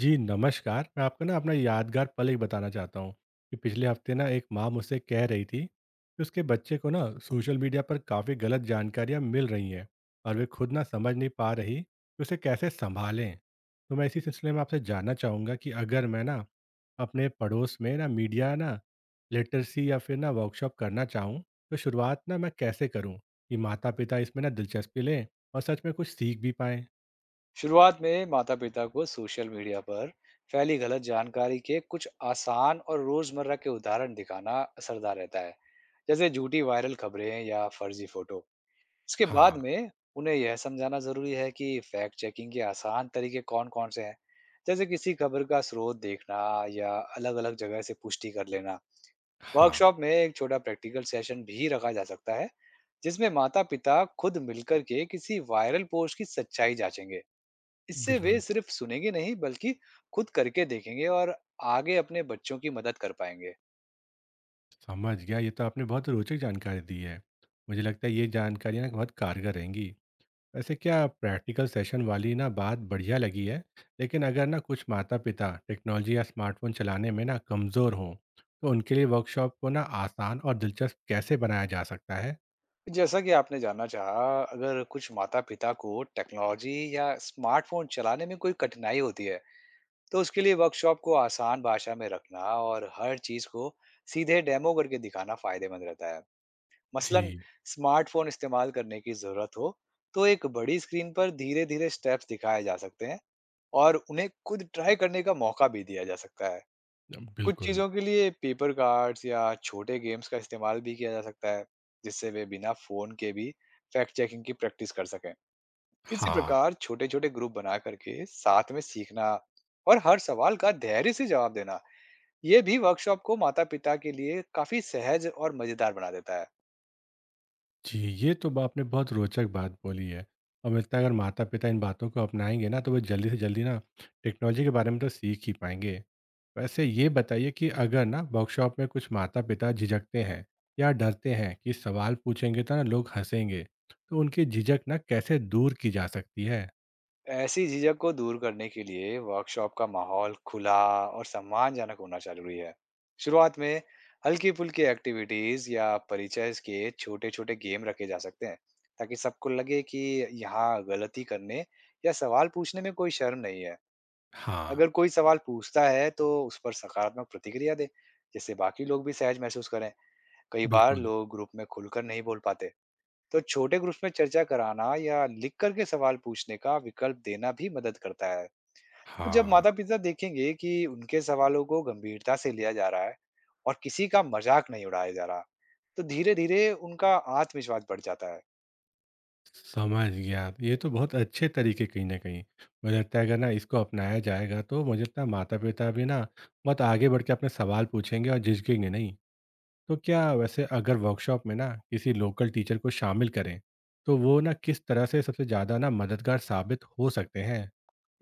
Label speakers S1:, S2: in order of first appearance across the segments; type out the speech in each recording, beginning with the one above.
S1: जी नमस्कार। मैं आपको ना अपना यादगार पल एक बताना चाहता हूँ कि पिछले हफ्ते ना एक माँ मुझसे कह रही थी कि उसके बच्चे को ना सोशल मीडिया पर काफ़ी गलत जानकारियाँ मिल रही हैं और वे खुद ना समझ नहीं पा रही कि उसे कैसे संभालें। तो मैं इसी सिलसिले में आपसे जानना चाहूँगा कि अगर मैं ना अपने पड़ोस में ना मीडिया ना लिटरेसी या फिर ना वर्कशॉप करना चाहूँ तो शुरुआत ना मैं कैसे करूँ कि माता पिता इसमें ना दिलचस्पी लें और सच में कुछ सीख भी पाएँ?
S2: शुरुआत में माता पिता को सोशल मीडिया पर फैली गलत जानकारी के कुछ आसान और रोजमर्रा के उदाहरण दिखाना असरदार रहता है। जैसे झूठी वायरल खबरें या फर्जी फोटो। इसके बाद
S1: हाँ।
S2: में उन्हें यह समझाना जरूरी है कि फैक्ट चेकिंग के आसान तरीके कौन कौन से हैं। जैसे किसी खबर का स्रोत देखना या अलग अलग जगह से पुष्टि कर लेना।
S1: हाँ।
S2: वर्कशॉप में एक छोटा प्रैक्टिकल सेशन भी रखा जा सकता है, जिसमें माता पिता खुद मिलकर के किसी वायरल पोस्ट की सच्चाई जांचेंगे। इससे वे
S1: बिल्कुल।
S2: सिर्फ सुनेंगे नहीं बल्कि खुद करके देखेंगे और आगे अपने बच्चों की मदद कर पाएंगे।
S1: समझ गया। ये तो आपने बहुत रोचक जानकारी दी है। मुझे लगता है ये जानकारियाँ बहुत कारगर रहेंगी। वैसे क्या प्रैक्टिकल सेशन वाली ना बात बढ़िया लगी है। लेकिन अगर ना कुछ माता पिता टेक्नोलॉजी या स्मार्टफोन चलाने में ना कमज़ोर हों तो उनके लिए वर्कशॉप को ना आसान और दिलचस्प कैसे बनाया जा सकता है?
S2: जैसा कि आपने जानना चाहा, अगर कुछ माता पिता को टेक्नोलॉजी या स्मार्टफोन चलाने में कोई कठिनाई होती है, तो उसके लिए वर्कशॉप को आसान भाषा में रखना और हर चीज को सीधे डेमो करके दिखाना फायदेमंद रहता है। मसलन
S1: जी।
S2: स्मार्टफोन इस्तेमाल करने की जरूरत हो तो एक बड़ी स्क्रीन पर धीरे धीरे स्टेप्स दिखाए जा सकते हैं और उन्हें खुद ट्राई करने का मौका भी दिया जा सकता है। कुछ
S1: बिल्कुल।
S2: चीज़ों के लिए पेपर कार्ड्स या छोटे गेम्स का इस्तेमाल भी किया जा सकता है, जिससे वे बिना फ़ोन के भी फैक्ट चेकिंग की प्रैक्टिस कर सकें। इसी
S1: हाँ।
S2: प्रकार छोटे-छोटे ग्रुप बना करके साथ में सीखना और हर सवाल का धैर्य से जवाब देना, ये भी वर्कशॉप को माता-पिता के लिए काफ़ी सहज और मज़ेदार बना देता है।
S1: जी। ये तो आपने बहुत रोचक बात बोली है और मुझे लगता है अगर माता पिता इन बातों को अपनाएंगे ना तो वो जल्दी से जल्दी ना टेक्नोलॉजी के बारे में तो सीख ही पाएंगे। वैसे ये बताइए कि अगर ना वर्कशॉप में कुछ माता पिता झिझकते हैं या डरते हैं कि सवाल पूछेंगे तो ना लोग हंसेंगे तो उनकी झिझक ना कैसे दूर की जा सकती है?
S2: ऐसी झिझक को दूर करने के लिए वर्कशॉप का माहौल खुला और सम्मानजनक होना जरूरी है। शुरुआत में हल्की फुल्की एक्टिविटीज या परिचय के छोटे छोटे गेम रखे जा सकते हैं, ताकि सबको लगे कि यहाँ गलती करने या सवाल पूछने में कोई शर्म नहीं है।
S1: हाँ।
S2: अगर कोई सवाल पूछता है तो उस पर सकारात्मक प्रतिक्रिया दे, जिससे बाकी लोग भी सहज महसूस करें। कई बार
S1: बिल्कुल।
S2: लोग ग्रुप में खुलकर नहीं बोल पाते, तो छोटे ग्रुप्स में चर्चा कराना या लिख करके सवाल पूछने का विकल्प देना भी मदद करता है। तो जब
S1: हाँ।
S2: माता-पिता देखेंगे कि उनके सवालों को गंभीरता से लिया जा रहा है और किसी का मजाक नहीं उड़ाया जा रहा, तो धीरे-धीरे उनका आत्मविश्वास बढ़ जाता है।
S1: समझ गया। ये तो बहुत अच्छे तरीके कहीं ना कहीं मुझे लगता है अगर ना इसको अपनाया जाएगा तो मुझे लगता है माता पिता भी ना बहुत आगे बढ़ के अपने सवाल पूछेंगे और झिझकेंगे नहीं। तो क्या वैसे अगर वर्कशॉप में ना किसी लोकल टीचर को शामिल करें तो वो ना किस तरह से सबसे ज़्यादा ना मददगार साबित हो सकते हैं?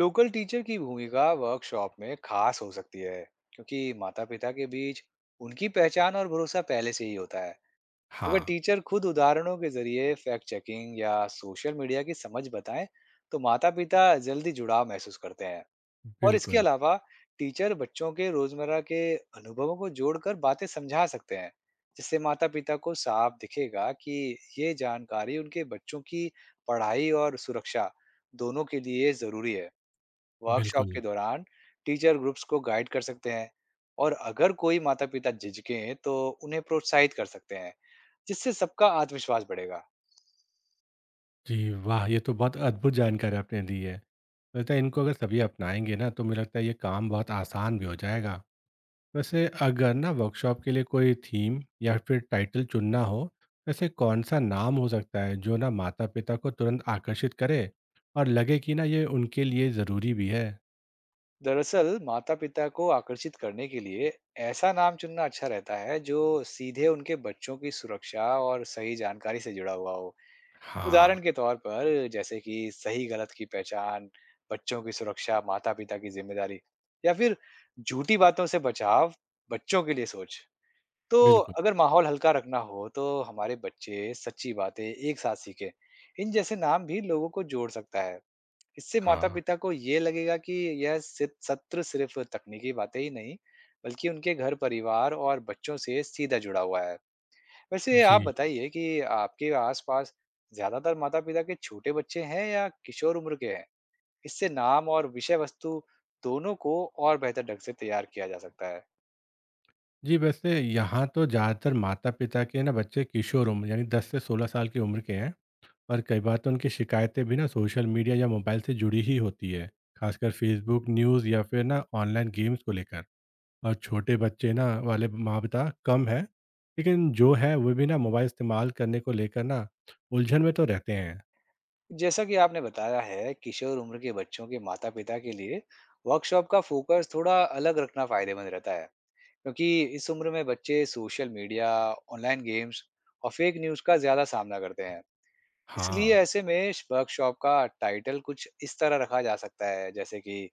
S2: लोकल टीचर की भूमिका वर्कशॉप में खास हो सकती है, क्योंकि माता-पिता के बीच उनकी पहचान और भरोसा पहले से ही होता है। अगर
S1: हाँ।
S2: टीचर खुद उदाहरणों के जरिए फैक्ट चेकिंग या सोशल मीडिया की समझ बताएं, तो माता-पिता जल्दी जुड़ाव महसूस करते हैं। और इसके
S1: बिल्कुल।
S2: अलावा टीचर बच्चों के रोजमर्रा के अनुभवों को जोड़कर बातें समझा सकते हैं, जिससे माता पिता को साफ दिखेगा कि ये जानकारी उनके बच्चों की पढ़ाई और सुरक्षा दोनों के लिए जरूरी है। वर्कशॉप
S1: बिल्कुल।
S2: के दौरान टीचर ग्रुप्स को गाइड कर सकते हैं और अगर कोई माता पिता झिझकें तो उन्हें प्रोत्साहित कर सकते हैं, जिससे सबका आत्मविश्वास बढ़ेगा।
S1: जी वाह। ये तो बहुत अद्भुत जानकारी आपने दी है। लगता है इनको अगर सभी अपनाएंगे ना तो मुझे लगता है ये काम बहुत आसान भी हो जाएगा। वैसे अगर ना वर्कशॉप के लिए कोई थीम या फिर टाइटल चुनना हो वैसे कौन सा नाम हो सकता है जो ना माता पिता को तुरंत आकर्षित करे और लगे कि ना ये उनके लिए ज़रूरी भी है?
S2: दरअसल माता पिता को आकर्षित करने के लिए ऐसा नाम चुनना अच्छा रहता है जो सीधे उनके बच्चों की सुरक्षा और सही जानकारी से जुड़ा हुआ हो।
S1: हाँ।
S2: उदाहरण के तौर पर जैसे कि सही गलत की पहचान, बच्चों की सुरक्षा माता पिता की जिम्मेदारी, या फिर झूठी बातों से बचाव, बच्चों के लिए सोच। तो
S1: बिल्कुल।
S2: अगर माहौल हल्का रखना हो तो हमारे बच्चे सच्ची बातें एक साथ सीखे, इन जैसे नाम भी लोगों को जोड़ सकता है। इससे
S1: हाँ।
S2: माता-पिता को ये लगेगा कि यह सित सत्र सिर्फ तकनीकी बातें ही नहीं, बल्कि उनके घर परिवार और बच्चों से सीधा जुड़ा हुआ है। वैसे आप
S1: जी।
S2: बताइए कि आपके आस-पास ज़्यादातर माता-पिता के छोटे बच्चे हैं या किशोर उम्र के हैं? इससे नाम और विषय वस्तु दोनों को और बेहतर ढंग से तैयार किया जा सकता है।
S1: जी, वैसे यहाँ तो ज़्यादातर माता-पिता के ना बच्चे किशोर उम्र यानी 10 से 16 साल की उम्र के हैं और कई बार तो उनकी शिकायतें भी ना सोशल मीडिया या मोबाइल से जुड़ी ही होती है, ख़ासकर फ़ेसबुक, न्यूज़ या फिर ना ऑनलाइन गेम्स को लेकर। और छोटे बच्चे ना वाले माता-पिता कम हैं, लेकिन जो है वो भी ना मोबाइल इस्तेमाल करने को लेकर ना उलझन में तो रहते हैं।
S2: जैसा कि आपने बताया है, किशोर उम्र के बच्चों के माता-पिता के लिए वर्कशॉप का फोकस थोड़ा अलग रखना फ़ायदेमंद रहता है। क्योंकि इस उम्र में बच्चे सोशल मीडिया, ऑनलाइन गेम्स और फेक न्यूज़ का ज़्यादा सामना करते हैं। इसलिए
S1: हाँ,
S2: ऐसे में वर्कशॉप का टाइटल कुछ इस तरह रखा जा सकता है, जैसे कि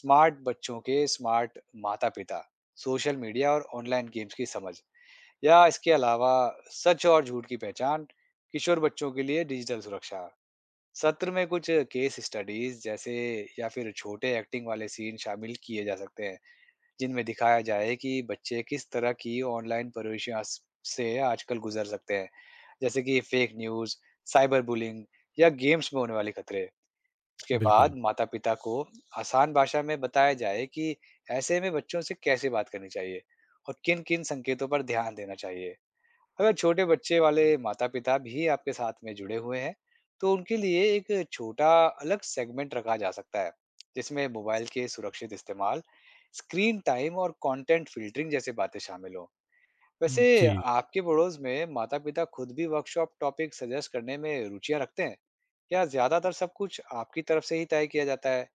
S2: स्मार्ट बच्चों के स्मार्ट माता-पिता, सोशल मीडिया और ऑनलाइन गेम्स की समझ, या इसके अलावा सच और झूठ की पहचान, किशोर बच्चों के लिए डिजिटल सुरक्षा। सत्र में कुछ केस स्टडीज जैसे या फिर छोटे एक्टिंग वाले सीन शामिल किए जा सकते हैं। जिनमें दिखाया जाए कि बच्चे किस तरह की से आजकल गुजर सकते हैं, जैसे कि फेक न्यूज़, साइबर बुलिंग या गेम्स में होने वाले खतरे। उसके
S1: बिल्कुल।
S2: बाद माता पिता को आसान भाषा में बताया जाए कि ऐसे में बच्चों से कैसे बात करनी चाहिए और किन किन संकेतों पर ध्यान देना चाहिए। अगर छोटे बच्चे वाले माता-पिता भी आपके साथ में जुड़े हुए हैं, तो उनके लिए एक छोटा अलग सेगमेंट रखा जा सकता है, जिसमें मोबाइल के सुरक्षित इस्तेमाल, स्क्रीन टाइम और कंटेंट फ़िल्टरिंग जैसी बातें शामिल हों। वैसे
S1: जी।
S2: आपके पड़ोस में माता-पिता खुद भी वर्कशॉप टॉपिक सजेस्ट करने में रुचियाँ रखते हैं? या ज़्यादातर सब कुछ आपकी तरफ से ही तय किया जाता है?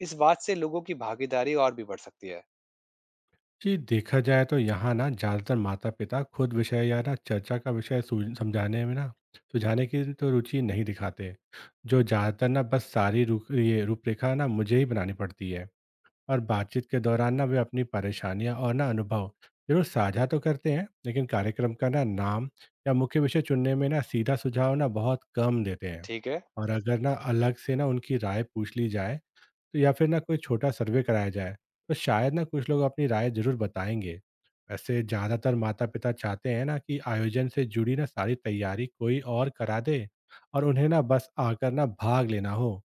S2: इस बात से लोगों की भागीदारी और भी बढ़ सकती है।
S1: जी देखा जाए तो यहाँ ना ज़्यादातर माता पिता खुद विषय या ना चर्चा का विषय समझाने में ना सुझाने की तो रुचि नहीं दिखाते। जो ज़्यादातर ना बस सारी रू ये रूपरेखा ना मुझे ही बनानी पड़ती है और बातचीत के दौरान ना वे अपनी परेशानियाँ और ना अनुभव जरूर साझा तो करते हैं लेकिन कार्यक्रम का ना नाम या मुख्य विषय चुनने में ना सीधा सुझाव ना बहुत कम देते हैं।
S2: ठीक है।
S1: और अगर ना अलग से ना उनकी राय पूछ ली जाए तो या फिर ना कोई छोटा सर्वे कराया जाए तो शायद ना कुछ लोग अपनी राय जरूर बताएंगे। वैसे ज़्यादातर माता पिता चाहते हैं ना कि आयोजन से जुड़ी ना सारी तैयारी कोई और करा दे और उन्हें ना बस आकर ना भाग लेना हो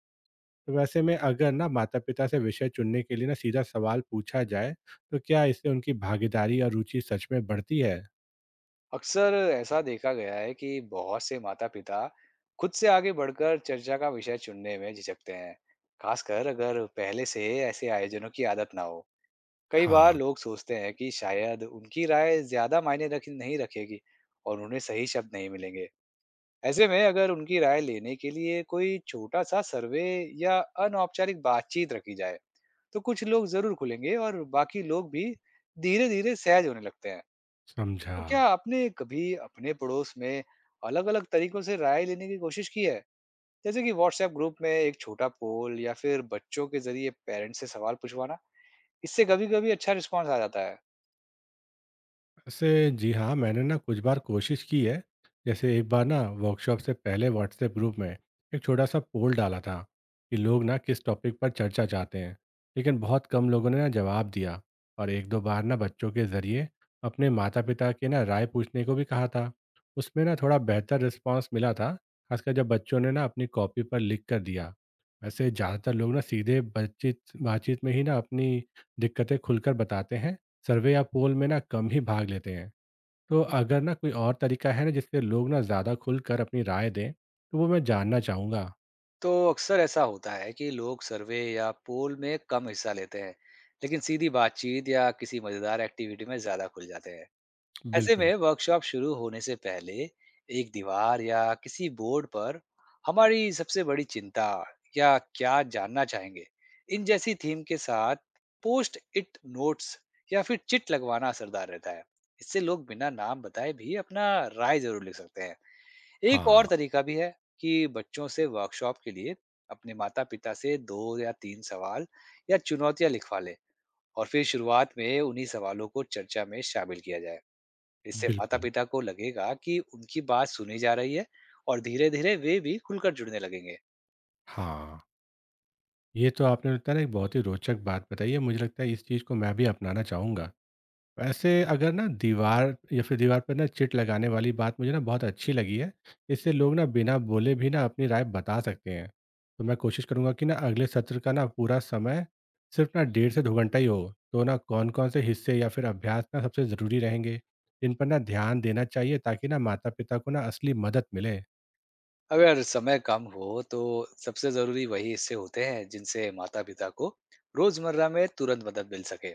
S1: तो वैसे में अगर ना माता पिता से विषय चुनने के लिए ना सीधा सवाल पूछा जाए तो क्या इससे उनकी भागीदारी और रुचि सच में बढ़ती है?
S2: अक्सर ऐसा देखा गया है कि बहुत से माता-पिता खुद से आगे बढ़कर चर्चा का विषय चुनने में झिझकते हैं, खासकर अगर पहले से ऐसे आयोजनों की आदत ना हो। कई बार
S1: हाँ।
S2: लोग सोचते हैं कि शायद उनकी राय ज्यादा मायने रख नहीं रखेगी और उन्हें सही शब्द नहीं मिलेंगे। ऐसे में अगर उनकी राय लेने के लिए कोई छोटा सा सर्वे या अनौपचारिक बातचीत रखी जाए, तो कुछ लोग जरूर खुलेंगे और बाकी लोग भी धीरे-धीरे सहज होने लगते हैं।
S1: समझा।
S2: तो क्या आपने कभी अपने पड़ोस में अलग-अलग तरीकों से राय लेने की कोशिश की है? जैसे कि व्हाट्सएप ग्रुप में एक छोटा पोल या फिर बच्चों के जरिए पेरेंट्स से सवाल पूछवाना, इससे कभी-कभी अच्छा रिस्पॉन्स आ जाता है।
S1: वैसे जी हाँ, मैंने ना कुछ बार कोशिश की है। जैसे एक बार ना वर्कशॉप से पहले व्हाट्सएप ग्रुप में एक छोटा-सा पोल डाला था कि लोग ना किस टॉपिक पर चर्चा चाहते हैं। लेकिन बहुत कम लोगों ने ना जवाब दिया और 1-2 बार ना बच्चों के ज़रिए अपने माता-पिता की ना राय पूछने को भी कहा था। उसमें ना थोड़ा बेहतर रिस्पॉन्स मिला था, ख़ासकर जब बच्चों ने ना अपनी कॉपी पर लिख कर दिया। वैसे ज़्यादातर लोग ना सीधे बातचीत बातचीत में ही ना अपनी दिक्कतें खुलकर बताते हैं। सर्वे या पोल में ना कम ही भाग लेते हैं तो अगर ना कोई और तरीका है ना जिससे लोग ना ज़्यादा खुलकर अपनी राय दें तो वो मैं जानना चाहूँगा।
S2: तो अक्सर ऐसा होता है कि लोग सर्वे या पोल में कम हिस्सा लेते हैं, लेकिन सीधी बातचीत या किसी मजेदार एक्टिविटी में ज्यादा खुल जाते हैं। ऐसे
S1: बिल्कुल।
S2: में वर्कशॉप शुरू होने से पहले एक दीवार या किसी बोर्ड पर हमारी सबसे बड़ी चिंता या क्या जानना चाहेंगे, इन जैसी थीम के साथ पोस्ट इट नोट्स या फिर चिट लगवाना असरदार रहता है। इससे लोग बिना नाम बताए भी अपना राय जरूर लिख सकते हैं। एक
S1: हाँ।
S2: और तरीका भी है कि बच्चों से वर्कशॉप के लिए अपने माता पिता से दो या तीन सवाल या चुनौतियां लिखवा लें और फिर शुरुआत में उन्हीं सवालों को चर्चा में शामिल किया जाए। इससे
S1: बिल्कुल।
S2: माता-पिता को लगेगा कि उनकी बात सुनी जा रही है और धीरे-धीरे वे भी खुलकर जुड़ने लगेंगे।
S1: हाँ। ये तो आपने लगता है ना एक बहुत ही रोचक बात बताई है। मुझे लगता है इस चीज़ को मैं भी अपनाना चाहूँगा। वैसे अगर ना दीवार या फिर दीवार पर ना चिट लगाने वाली बात मुझे ना बहुत अच्छी लगी है। इससे लोग ना बिना बोले भी ना अपनी राय बता सकते हैं। तो मैं कोशिश करूंगा कि ना अगले सत्र का ना पूरा समय सिर्फ ना 1.5 से 2 घंटा ही हो तो ना कौन कौन से हिस्से या फिर अभ्यास ना सबसे ज़रूरी रहेंगे। इन पर ना ध्यान देना चाहिए ताकि ना माता पिता को ना असली मदद मिले।
S2: अगर समय कम हो तो सबसे ज़रूरी वही हिस्से होते हैं जिनसे माता-पिता को रोज़मर्रा में तुरंत मदद मिल सके।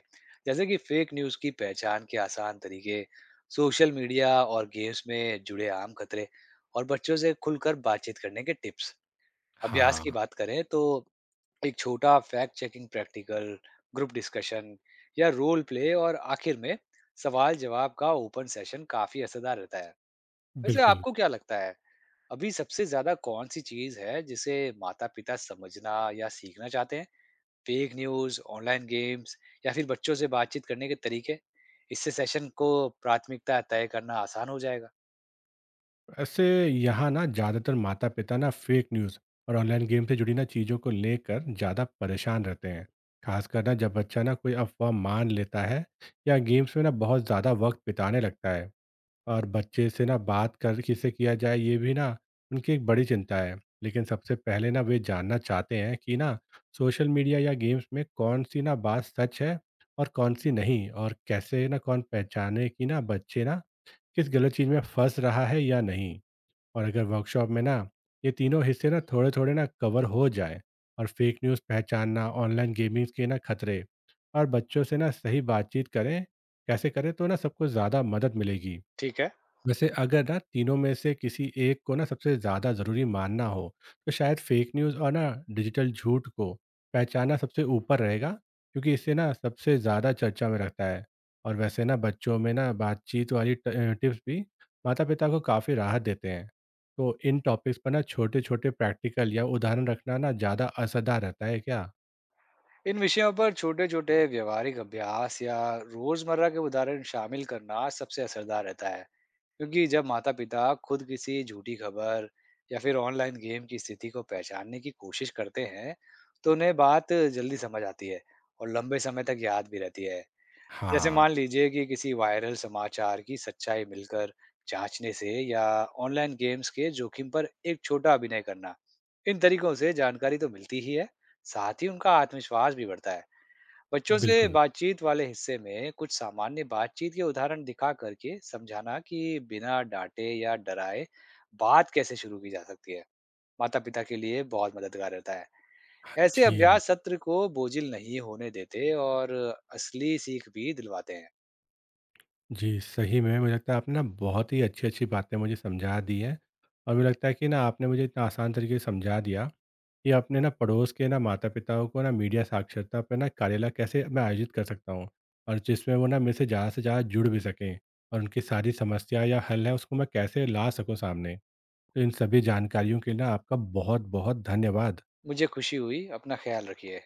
S2: जैसे कि फेक न्यूज़ की पहचान के आसान तरीके, सोशल मीडिया और गेम्स में जुड़े आम खतरे और बच्चों से खुलकर बातचीत करने के टिप्स। अभ्यास की
S1: हाँ।
S2: बात करें तो एक छोटा fact checking practical, group discussion या रोल प्ले और आखिर में सवाल जवाब का ओपन सेशन काफी असरदार रहता है। वैसे
S1: बिल्कुल।
S2: आपको क्या लगता है, अभी सबसे ज्यादा कौन सी चीज है जिसे माता पिता समझना या सीखना चाहते हैं? फेक न्यूज, ऑनलाइन गेम्स या फिर बच्चों से बातचीत करने के तरीके? इससे सेशन को प्राथमिकता तय करना आसान हो जाएगा।
S1: ऐसे यहाँ ना ज़्यादातर माता पिता ना फेक न्यूज़ और ऑनलाइन गेम से जुड़ी ना चीज़ों को लेकर ज़्यादा परेशान रहते हैं। खासकर ना जब बच्चा ना कोई अफवाह मान लेता है या गेम्स में ना बहुत ज़्यादा वक्त बिताने लगता है। और बच्चे से ना बात कर किसे किया जाए ये भी ना उनकी एक बड़ी चिंता है। लेकिन सबसे पहले ना वे जानना चाहते हैं कि ना सोशल मीडिया या गेम्स में कौन सी ना बात सच है और कौन सी नहीं और कैसे ना कौन पहचाने कि ना बच्चे ना किस गलत चीज़ में फंस रहा है या नहीं। और अगर वर्कशॉप में ना ये तीनों हिस्से ना थोड़े थोड़े ना कवर हो जाए और फेक न्यूज़ पहचानना, ऑनलाइन गेमिंग्स के ना खतरे और बच्चों से ना सही बातचीत करें कैसे करें तो ना सबको ज़्यादा मदद मिलेगी।
S2: ठीक है।
S1: वैसे अगर ना तीनों में से किसी एक को ना सबसे ज़्यादा ज़रूरी मानना हो तो शायद फेक न्यूज़ और ना डिजिटल झूठ को पहचाना सबसे ऊपर रहेगा क्योंकि इससे ना सबसे ज़्यादा चर्चा में रहता है। और वैसे ना बच्चों में ना बातचीत वाली टिप्स भी माता पिता को काफ़ी राहत देते हैं। तो इन टॉपिक्स पर ना छोटे छोटे प्रैक्टिकल या उदाहरण रखना ना ज़्यादा असरदार रहता है क्या?
S2: इन विषयों पर छोटे छोटे व्यवहारिक अभ्यास या रोजमर्रा के उदाहरण शामिल करना सबसे असरदार रहता है, क्योंकि जब माता पिता खुद किसी झूठी खबर या फिर ऑनलाइन गेम की स्थिति को पहचानने की कोशिश करते हैं, तो उन्हें बात जल्दी समझ आती है और लंबे समय तक याद भी रहती है। जैसे
S1: हाँ।
S2: मान लीजिए कि किसी वायरल समाचार की सच्चाई मिलकर जांचने से या ऑनलाइन गेम्स के जोखिम पर एक छोटा अभिनय करना, इन तरीकों से जानकारी तो मिलती ही है, साथ ही उनका आत्मविश्वास भी बढ़ता है। बच्चों से
S1: बिल्कुल।
S2: बातचीत वाले हिस्से में कुछ सामान्य बातचीत के उदाहरण दिखा करके समझाना कि बिना डांटे या डराए बात कैसे शुरू की जा सकती है, माता पिता के लिए बहुत मददगार रहता है।
S1: हाँ,
S2: ऐसे
S1: जी।
S2: अभ्यास सत्र को बोझिल नहीं होने देते और असली सीख भी दिलवाते हैं।
S1: जी, सही में मुझे लगता है आपने ना बहुत ही अच्छी-अच्छी बातें मुझे समझा दी हैं और मुझे लगता है कि ना आपने मुझे इतना आसान तरीके से समझा दिया कि अपने ना पड़ोस के ना माता-पिताओं को ना मीडिया साक्षरता पे ना कार्यशाला कैसे मैं आयोजित कर सकता हूँ और जिसमें वो ना मेरे से ज़्यादा जुड़ भी सकें और उनकी सारी समस्या या हल है उसको मैं कैसे ला सकूँ सामने। तो इन सभी जानकारियों के लिए ना आपका बहुत-बहुत धन्यवाद।
S2: मुझे खुशी हुई। अपना ख्याल रखिए।